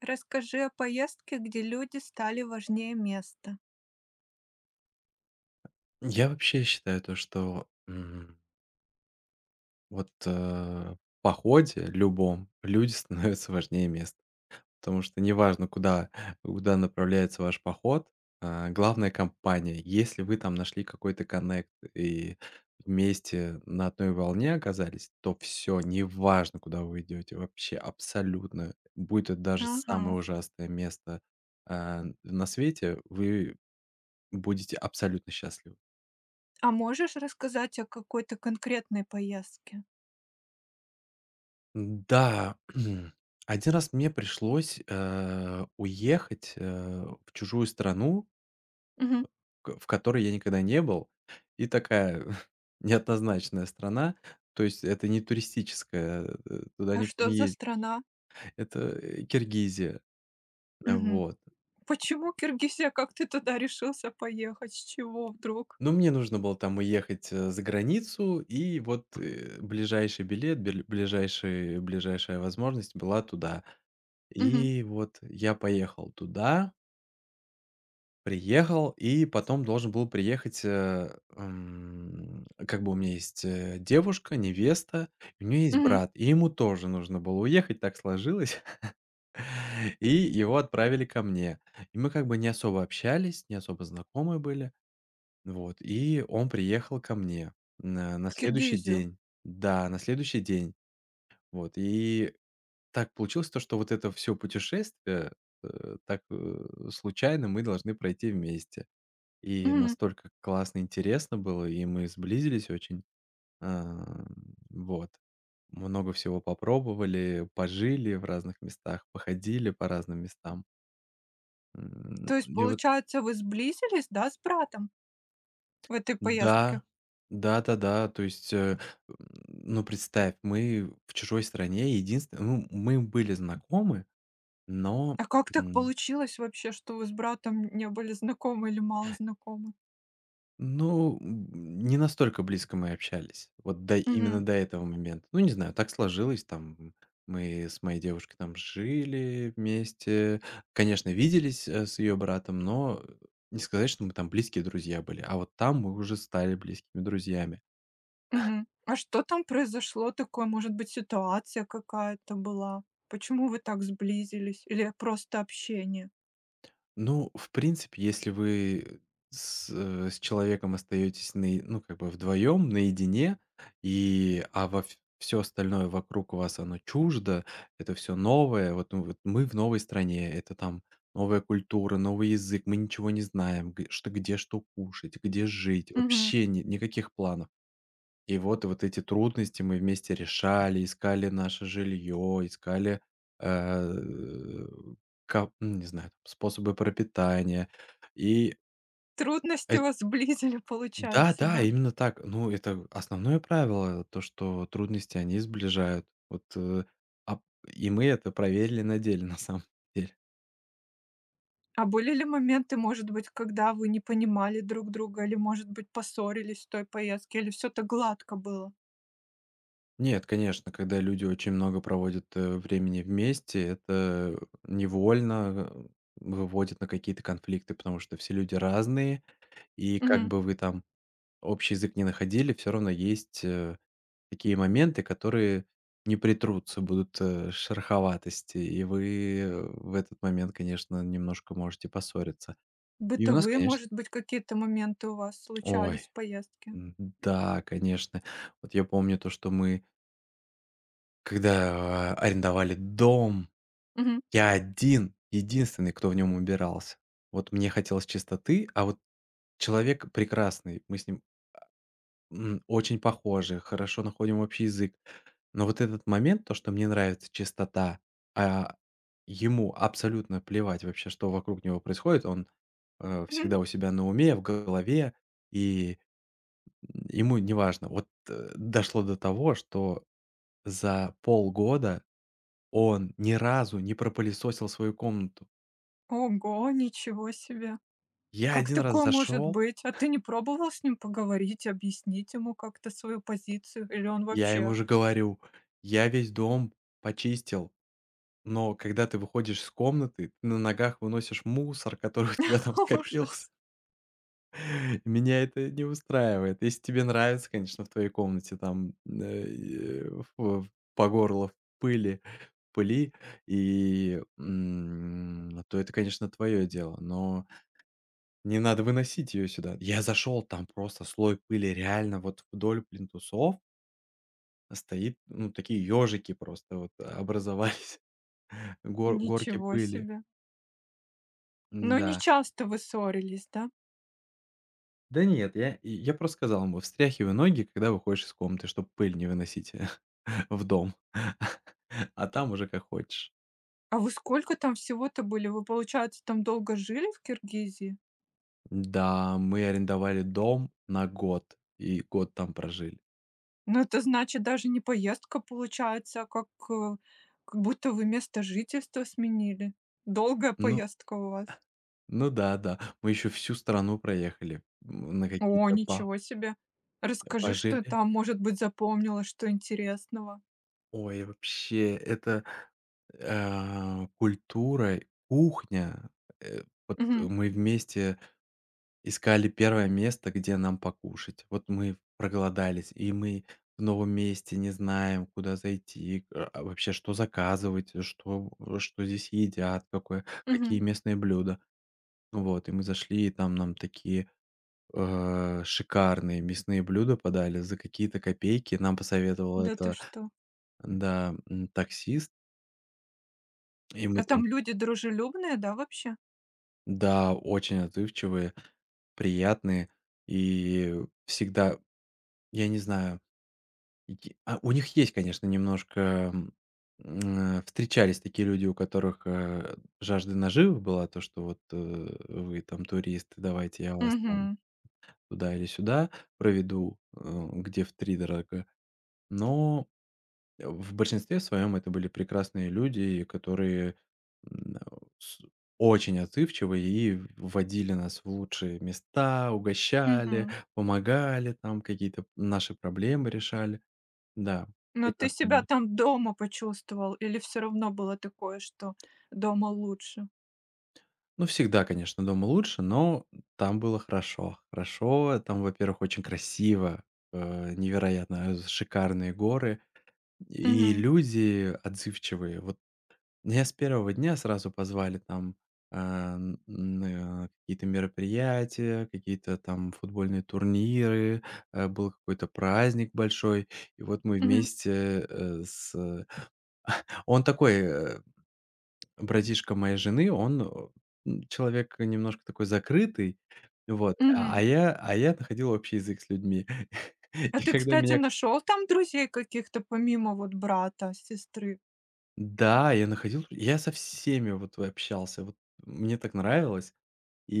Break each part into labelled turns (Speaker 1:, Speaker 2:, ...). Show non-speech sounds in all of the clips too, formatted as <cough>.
Speaker 1: Расскажи о поездке, где люди стали важнее места.
Speaker 2: Я вообще считаю то, что, вот, в походе любом люди становятся важнее мест. Потому что неважно, куда направляется ваш поход, главное- компания. Если вы там нашли какой-то коннект и вместе на одной волне оказались, то все, неважно, куда вы идете, вообще абсолютно, будь это даже
Speaker 1: Ага.
Speaker 2: самое ужасное место, на свете, вы будете абсолютно счастливы.
Speaker 1: А можешь рассказать о какой-то конкретной поездке?
Speaker 2: Да, <clears throat> один раз мне пришлось, уехать, в чужую страну,
Speaker 1: Мгм.
Speaker 2: к в которой я никогда не был. И такая <laughs> неоднозначная страна, то есть это не туристическая, туда
Speaker 1: А
Speaker 2: никто
Speaker 1: что
Speaker 2: не
Speaker 1: за
Speaker 2: ездит.
Speaker 1: страна?
Speaker 2: Это, Киргизия,
Speaker 1: Мгм.
Speaker 2: вот.
Speaker 1: Почему Киргизия? Как ты туда решился поехать? С чего вдруг?
Speaker 2: Но мне нужно было там уехать, за границу, и вот, ближайший билет, бель ближайший ближайшая возможность была туда.
Speaker 1: Мгм.
Speaker 2: И вот я поехал туда. Приехал и потом должен был приехать, как бы у меня есть, девушка, невеста, у нее есть
Speaker 1: Мгм.
Speaker 2: брат, и ему тоже нужно было уехать, так сложилось. <laughs> И его отправили ко мне. И мы как бы не особо общались, не особо знакомы были. Вот, и он приехал ко мне на
Speaker 1: В
Speaker 2: следующий
Speaker 1: Киргизию.
Speaker 2: день. Да, на следующий день. Вот, и так получилось то, что вот это все путешествие, так, случайно мы должны пройти вместе. И
Speaker 1: Мгм.
Speaker 2: настолько классно, интересно было, и мы сблизились очень. А, вот. Много всего попробовали, пожили в разных местах, походили по разным местам.
Speaker 1: То есть,
Speaker 2: И вот
Speaker 1: получается, вы сблизились, да, с братом в этой поездке?
Speaker 2: да, да-да-да, то есть, м, ну, представь, мы в чужой стране, единственное, ну, мы были знакомы, но,
Speaker 1: А как так
Speaker 2: м
Speaker 1: получилось вообще, что вы с братом не были знакомы или мало знакомы?
Speaker 2: ну, не настолько близко мы общались. Вот до
Speaker 1: Мгм.
Speaker 2: именно до этого момента. Ну, не знаю, так сложилось там. Мы с моей девушкой там жили вместе. Конечно, виделись, с ее братом, но не сказать, что мы там близкие друзья были. А вот там мы уже стали близкими друзьями.
Speaker 1: Мгм. А что там произошло такое? Может быть, ситуация какая-то была? Почему вы так сблизились? Или просто общение?
Speaker 2: Ну, в принципе, если вы с человеком остаетесь ну, как бы вдвоем, наедине, и, а во все остальное вокруг вас оно чуждо, это все новое, вот, ну, вот мы в новой стране, это там новая культура, новый язык, мы ничего не знаем, что где что кушать, где жить,
Speaker 1: Мгм.
Speaker 2: вообще никаких планов. И вот эти трудности мы вместе решали, искали наше жилье, искали, э, не знаю, способы пропитания. И
Speaker 1: Трудности
Speaker 2: эт
Speaker 1: вас <laughs> сблизили, получается,
Speaker 2: да-да,
Speaker 1: да?
Speaker 2: именно так. Ну, это основное правило, то, что трудности, они сближают. Вот, э, ап и мы это проверили на деле, <laughs> на самом деле.
Speaker 1: А были ли моменты, может быть, когда вы не понимали друг друга, или, может быть, поссорились в той поездке, или все так гладко было?
Speaker 2: Нет, конечно, когда люди очень много проводят, времени вместе, это невольно, выводит на какие-то конфликты, потому что все люди разные. И как
Speaker 1: Мгм.
Speaker 2: бы вы там общий язык не находили, все равно есть, такие моменты, которые не притрутся, будут, шероховатости, и вы, в этот момент, конечно, немножко можете поссориться. И у нас,
Speaker 1: Бытовые,
Speaker 2: конечно.
Speaker 1: может быть, какие-то моменты у вас случались
Speaker 2: Ой,
Speaker 1: в поездке?
Speaker 2: м, да, конечно. Вот я помню то, что мы, когда, арендовали дом,
Speaker 1: Мгм.
Speaker 2: я один, единственный, кто в нем убирался. Вот мне хотелось чистоты, а вот человек прекрасный, мы с ним очень похожи, хорошо находим общий язык. Но вот этот момент, то, что мне нравится чистота, а ему абсолютно плевать вообще, что вокруг него происходит. Он,
Speaker 1: Мгм.
Speaker 2: всегда у себя на уме, в голове, и ему неважно. Вот, дошло до того, что за полгода он ни разу не пропылесосил свою комнату.
Speaker 1: Ого, ничего себе!
Speaker 2: Я
Speaker 1: Как
Speaker 2: один раз
Speaker 1: такое может
Speaker 2: зашел,
Speaker 1: быть? А ты не пробовал с ним поговорить, объяснить ему как-то свою позицию? Или он
Speaker 2: я ему
Speaker 1: вообще?
Speaker 2: же говорю: «Я весь дом почистил». Но когда ты выходишь из комнаты, ты на ногах выносишь мусор, который у тебя там
Speaker 1: <laughs>
Speaker 2: скопился.
Speaker 1: Ужас.
Speaker 2: <laughs> Меня это не устраивает. Если тебе нравится, конечно, в твоей комнате там и в- по горло в пыли, пыли, то это, конечно, твое дело, но не надо выносить ее сюда. Я зашел, там просто слой пыли, реально, вот вдоль плинтусов стоит, ну, такие ежики просто вот образовались, <laughs> горки
Speaker 1: Ничего
Speaker 2: пыли.
Speaker 1: себе. Но не
Speaker 2: Да.
Speaker 1: часто вы ссорились, да?
Speaker 2: Да нет, я просто сказал ему: «Встряхивай ноги, когда выходишь из комнаты, чтобы пыль не выносить <laughs> в дом, <laughs> а там уже как хочешь».
Speaker 1: А вы сколько там всего-то были? Вы, получается, там долго жили в Киргизии?
Speaker 2: Да, мы арендовали дом на год и год там прожили.
Speaker 1: Ну, это значит даже не поездка получается, а как, как будто вы место жительства сменили. Долгая
Speaker 2: Ну
Speaker 1: поездка у вас.
Speaker 2: ну да, да. Мы еще всю страну проехали, на
Speaker 1: О,
Speaker 2: какие-то по
Speaker 1: ничего себе. Расскажи, что
Speaker 2: пожили.
Speaker 1: там, может быть, запомнила, что интересного.
Speaker 2: Ой, вообще, это, культура, кухня, э, вот
Speaker 1: Мгм.
Speaker 2: мы вместе искали первое место, где нам покушать. Вот мы проголодались, и мы в новом месте не знаем, куда зайти, а вообще что заказывать, что здесь едят, какое,
Speaker 1: Мгм.
Speaker 2: какие местные блюда. Вот, и мы зашли, и там нам такие шикарные мясные блюда подали за какие-то копейки. Нам посоветовал
Speaker 1: Да ты
Speaker 2: это,
Speaker 1: что?
Speaker 2: да, таксист, и мы
Speaker 1: А
Speaker 2: там,
Speaker 1: там люди дружелюбные, да, вообще?
Speaker 2: да, очень отзывчивые, приятные, и всегда, я не знаю, Ики а у них есть, конечно, немножко, встречались такие люди, у которых, жажда наживы была, то, что вот, вы там туристы, давайте я вас там
Speaker 1: Мгм,
Speaker 2: туда или сюда проведу, где втридорога. Но в большинстве своем это были прекрасные люди, которые, м, с очень отзывчивы и вводили нас в лучшие места, угощали,
Speaker 1: мгм.
Speaker 2: помогали, там какие-то наши проблемы решали. Да,
Speaker 1: Но ты
Speaker 2: прекрасные
Speaker 1: себя
Speaker 2: люди.
Speaker 1: там дома почувствовал или все равно было такое, что дома лучше?
Speaker 2: Ну, всегда, конечно, дома лучше, но там было хорошо. Хорошо, там, во-первых, очень красиво, невероятно шикарные горы и
Speaker 1: Мгм,
Speaker 2: люди отзывчивые. Вот меня с первого дня сразу позвали там на какие-то мероприятия, какие-то там футбольные турниры, был какой-то праздник большой, и вот мы
Speaker 1: мгм,
Speaker 2: вместе с... Он такой братишка моей жены, он, человек немножко такой закрытый, вот, а
Speaker 1: мгм.
Speaker 2: а я а я находил общий язык с людьми. <laughs>
Speaker 1: А
Speaker 2: И
Speaker 1: ты,
Speaker 2: когда
Speaker 1: кстати,
Speaker 2: меня.
Speaker 1: нашел там друзей каких-то помимо вот брата, сестры?
Speaker 2: Да, я находил, я со всеми вот общался, вот мне так нравилось.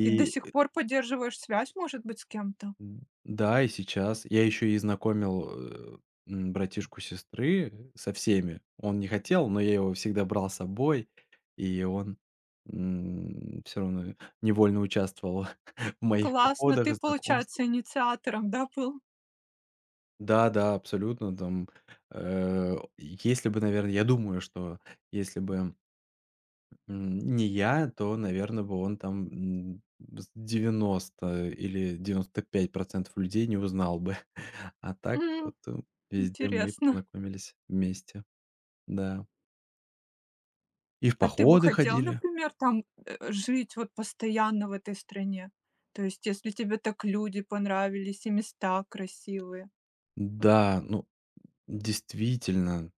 Speaker 1: И до сих пор поддерживаешь связь, может быть, с кем-то?
Speaker 2: да, и сейчас. Я еще и знакомил, братишку сестры со всеми. Он не хотел, но я его всегда брал с собой, и он, все равно невольно участвовал <laughs> в моих
Speaker 1: Классно,
Speaker 2: походах
Speaker 1: ты,
Speaker 2: и знакомствах.
Speaker 1: получается, инициатором, да, был?
Speaker 2: Да-да, абсолютно там, если бы, наверное, я думаю, что если бы, не я, то, наверное, бы он там, с 90 или 95% людей не узнал бы. <laughs> А так
Speaker 1: М,
Speaker 2: вот, везде мы
Speaker 1: интересно.
Speaker 2: познакомились вместе, да. И в
Speaker 1: А ты бы
Speaker 2: походы
Speaker 1: хотел,
Speaker 2: ходили.
Speaker 1: например, там, жить вот постоянно в этой стране? То есть, если тебе так люди понравились и места красивые.
Speaker 2: Да, ну, действительно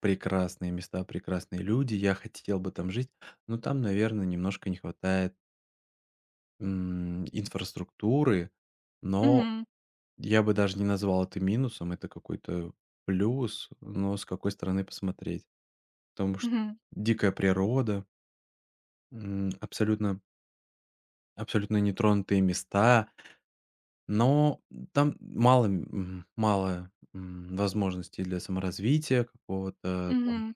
Speaker 2: прекрасные места, прекрасные люди. Я хотел бы там жить, но там, наверное, немножко не хватает инфраструктуры, но
Speaker 1: Мгм,
Speaker 2: я бы даже не назвал это минусом, это какой-то плюс, но с какой стороны посмотреть. Потому что
Speaker 1: мгм,
Speaker 2: дикая природа, абсолютно абсолютно нетронутые места, но там мало мало, возможностей для саморазвития какого-то там,
Speaker 1: мгм.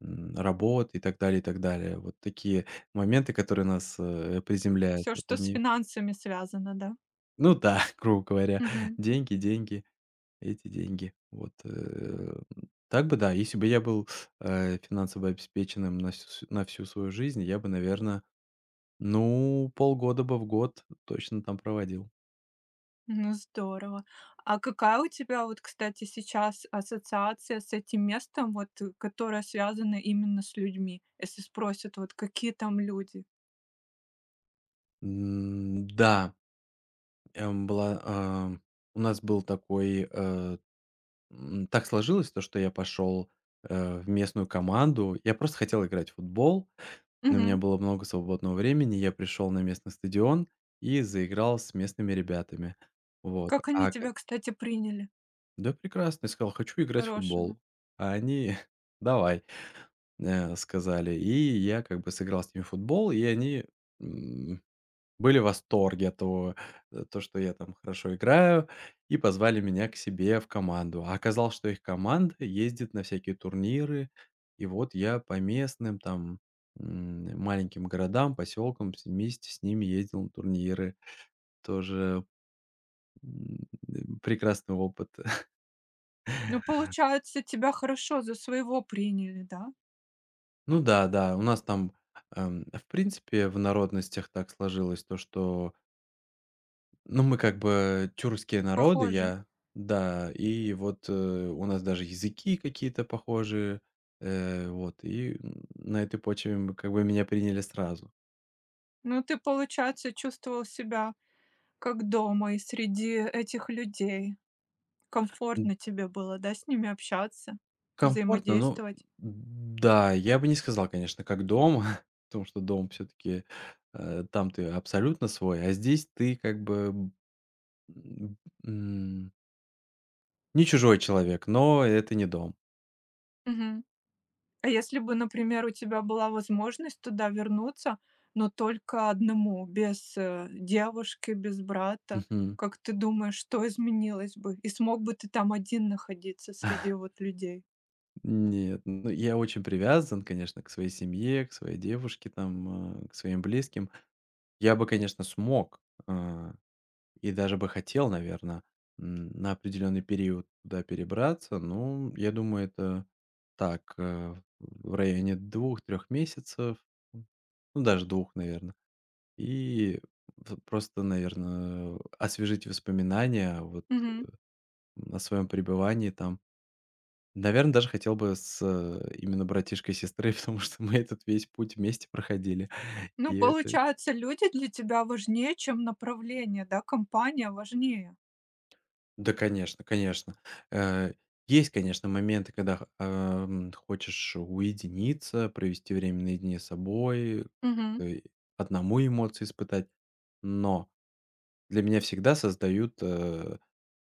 Speaker 2: работы и так далее, и так далее. Вот такие моменты, которые нас, приземляют,
Speaker 1: Всё,
Speaker 2: вот
Speaker 1: что с
Speaker 2: они.
Speaker 1: финансами связано, да?
Speaker 2: Ну да, <laughs> грубо говоря,
Speaker 1: Мгм.
Speaker 2: деньги, деньги. Эти деньги. Вот, так бы, да, если бы я был, финансово обеспеченным на всю на всю свою жизнь, я бы, наверное, ну, полгода бы в год точно там проводил.
Speaker 1: Ну, здорово. А какая у тебя вот, кстати, сейчас ассоциация с этим местом, вот, которая связана именно с людьми? Если спросят, вот какие там люди?
Speaker 2: Да, была, у нас был такой, так сложилось то, что я пошел, в местную команду. Я просто хотел играть в футбол, но у
Speaker 1: Мгм.
Speaker 2: меня было много свободного времени. Я пришел на местный стадион и заиграл с местными ребятами. Вот,
Speaker 1: Как они
Speaker 2: а.
Speaker 1: тебя, кстати, приняли?
Speaker 2: Да прекрасно. Я сказал: «Хочу играть в
Speaker 1: Хорошие, да.
Speaker 2: футбол». А они: <laughs> «Давай», сказали. И я как бы сыграл с ними в футбол, и они, м, были в восторге от того, то, что я там хорошо играю, и позвали меня к себе в команду. А оказалось, что их команда ездит на всякие турниры. И вот я по местным там, маленьким городам, поселкам с вместе с ними ездил на турниры. Тоже, м, прекрасный опыт.
Speaker 1: Ну, получается, тебя хорошо за своего приняли, да?
Speaker 2: Ну да, да, у нас там, в принципе, в народностях так сложилось то, что, ну, мы как бы тюркские народы,
Speaker 1: Похоже.
Speaker 2: я да, и вот, у нас даже языки какие-то похожие, вот, и на этой почве мы как бы меня приняли сразу.
Speaker 1: Ну, ты, получается, чувствовал себя как дома и среди этих людей.
Speaker 2: М,
Speaker 1: Комфортно тебе было, да, с ними общаться,
Speaker 2: комфортно. Ну
Speaker 1: взаимодействовать?
Speaker 2: да, я бы не сказал, конечно, как дома, <laughs> потому что дом все таки там ты абсолютно свой, а здесь ты как бы, м, м не чужой человек, но это не дом.
Speaker 1: Мгм. А если бы, например, у тебя была возможность туда вернуться, но только одному, без, девушки, без брата,
Speaker 2: Мгм.
Speaker 1: как ты думаешь, что изменилось бы? И смог бы ты там один находиться среди вот людей?
Speaker 2: Нет, ну, я очень привязан, конечно, к своей семье, к своей девушке, там, к своим близким. Я бы, конечно, смог, а, и даже бы хотел, наверное, на определенный период туда перебраться. Ну, я думаю, это так, в районе двух-трех месяцев, ну, даже двух, наверное. И в просто, наверное, освежить воспоминания вот о своем пребывании там. Наверное, даже хотел бы с, именно братишкой и сестрой, <laughs> потому что мы этот весь путь вместе проходили.
Speaker 1: Ну,
Speaker 2: И это.
Speaker 1: получается, люди для тебя важнее, чем направление, да, компания важнее.
Speaker 2: Да, конечно, конечно. Э, есть, конечно, моменты, когда хочешь уединиться, провести время наедине с собой,
Speaker 1: Мгм.
Speaker 2: как-то и одному эмоции испытать. Но для меня всегда создают,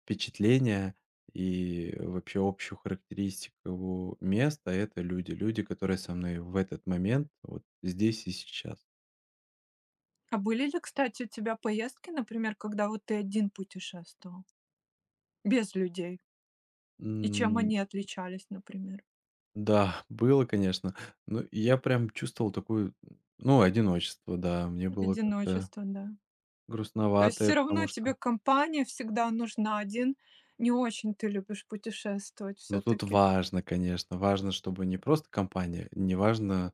Speaker 2: впечатление и вообще общую характеристику места- это люди. Люди, которые со мной в этот момент, вот здесь и сейчас.
Speaker 1: А были ли, кстати, у тебя поездки, например, когда вот ты один путешествовал, без людей? И чем
Speaker 2: М,
Speaker 1: они отличались, например?
Speaker 2: да, было, конечно. Ну, я прям чувствовал такую, ну, одиночество, да. Мне было как-то
Speaker 1: Одиночество, да. То есть все
Speaker 2: грустновато, потому
Speaker 1: равно
Speaker 2: что
Speaker 1: тебе компания всегда нужна. Один не очень ты любишь путешествовать
Speaker 2: но тут
Speaker 1: все-таки.
Speaker 2: важно, конечно, важно, чтобы не просто компания, не важно,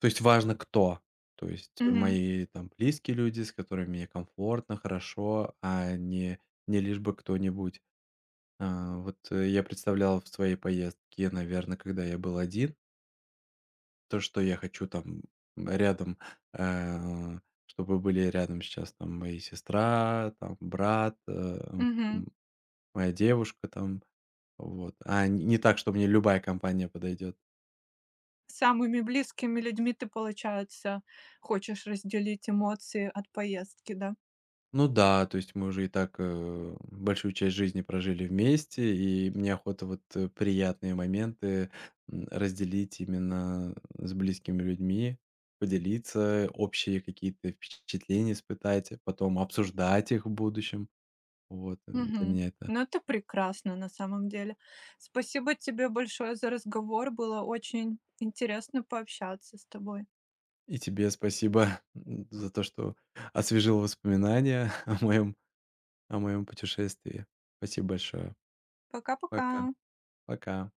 Speaker 2: то есть важно кто. То есть
Speaker 1: Мгм.
Speaker 2: мои там близкие люди, с которыми мне комфортно, хорошо, а не лишь бы кто-нибудь. Вот, я представлял в своей поездке, наверное, когда я был один. То, что я хочу там рядом, э, чтобы были рядом сейчас там мои сестра, там брат,
Speaker 1: Мгм.
Speaker 2: м, моя девушка там, вот. А н не так, что мне любая компания подойдет.
Speaker 1: С самыми близкими людьми ты, получается, хочешь разделить эмоции от поездки, да?
Speaker 2: Ну да, то есть мы уже и так, большую часть жизни прожили вместе, и мне охота вот, приятные моменты, разделить именно с близкими людьми, поделиться, общие какие-то впечатления испытать, а потом обсуждать их в будущем. Вот, для
Speaker 1: Мгм.
Speaker 2: меня это.
Speaker 1: Ну, это прекрасно на самом деле. Спасибо тебе большое за разговор. Было очень интересно пообщаться с тобой.
Speaker 2: И тебе спасибо, <laughs> за то, что освежил воспоминания <laughs> о моем путешествии. Спасибо большое.
Speaker 1: Пока-пока.
Speaker 2: Пока. Пока.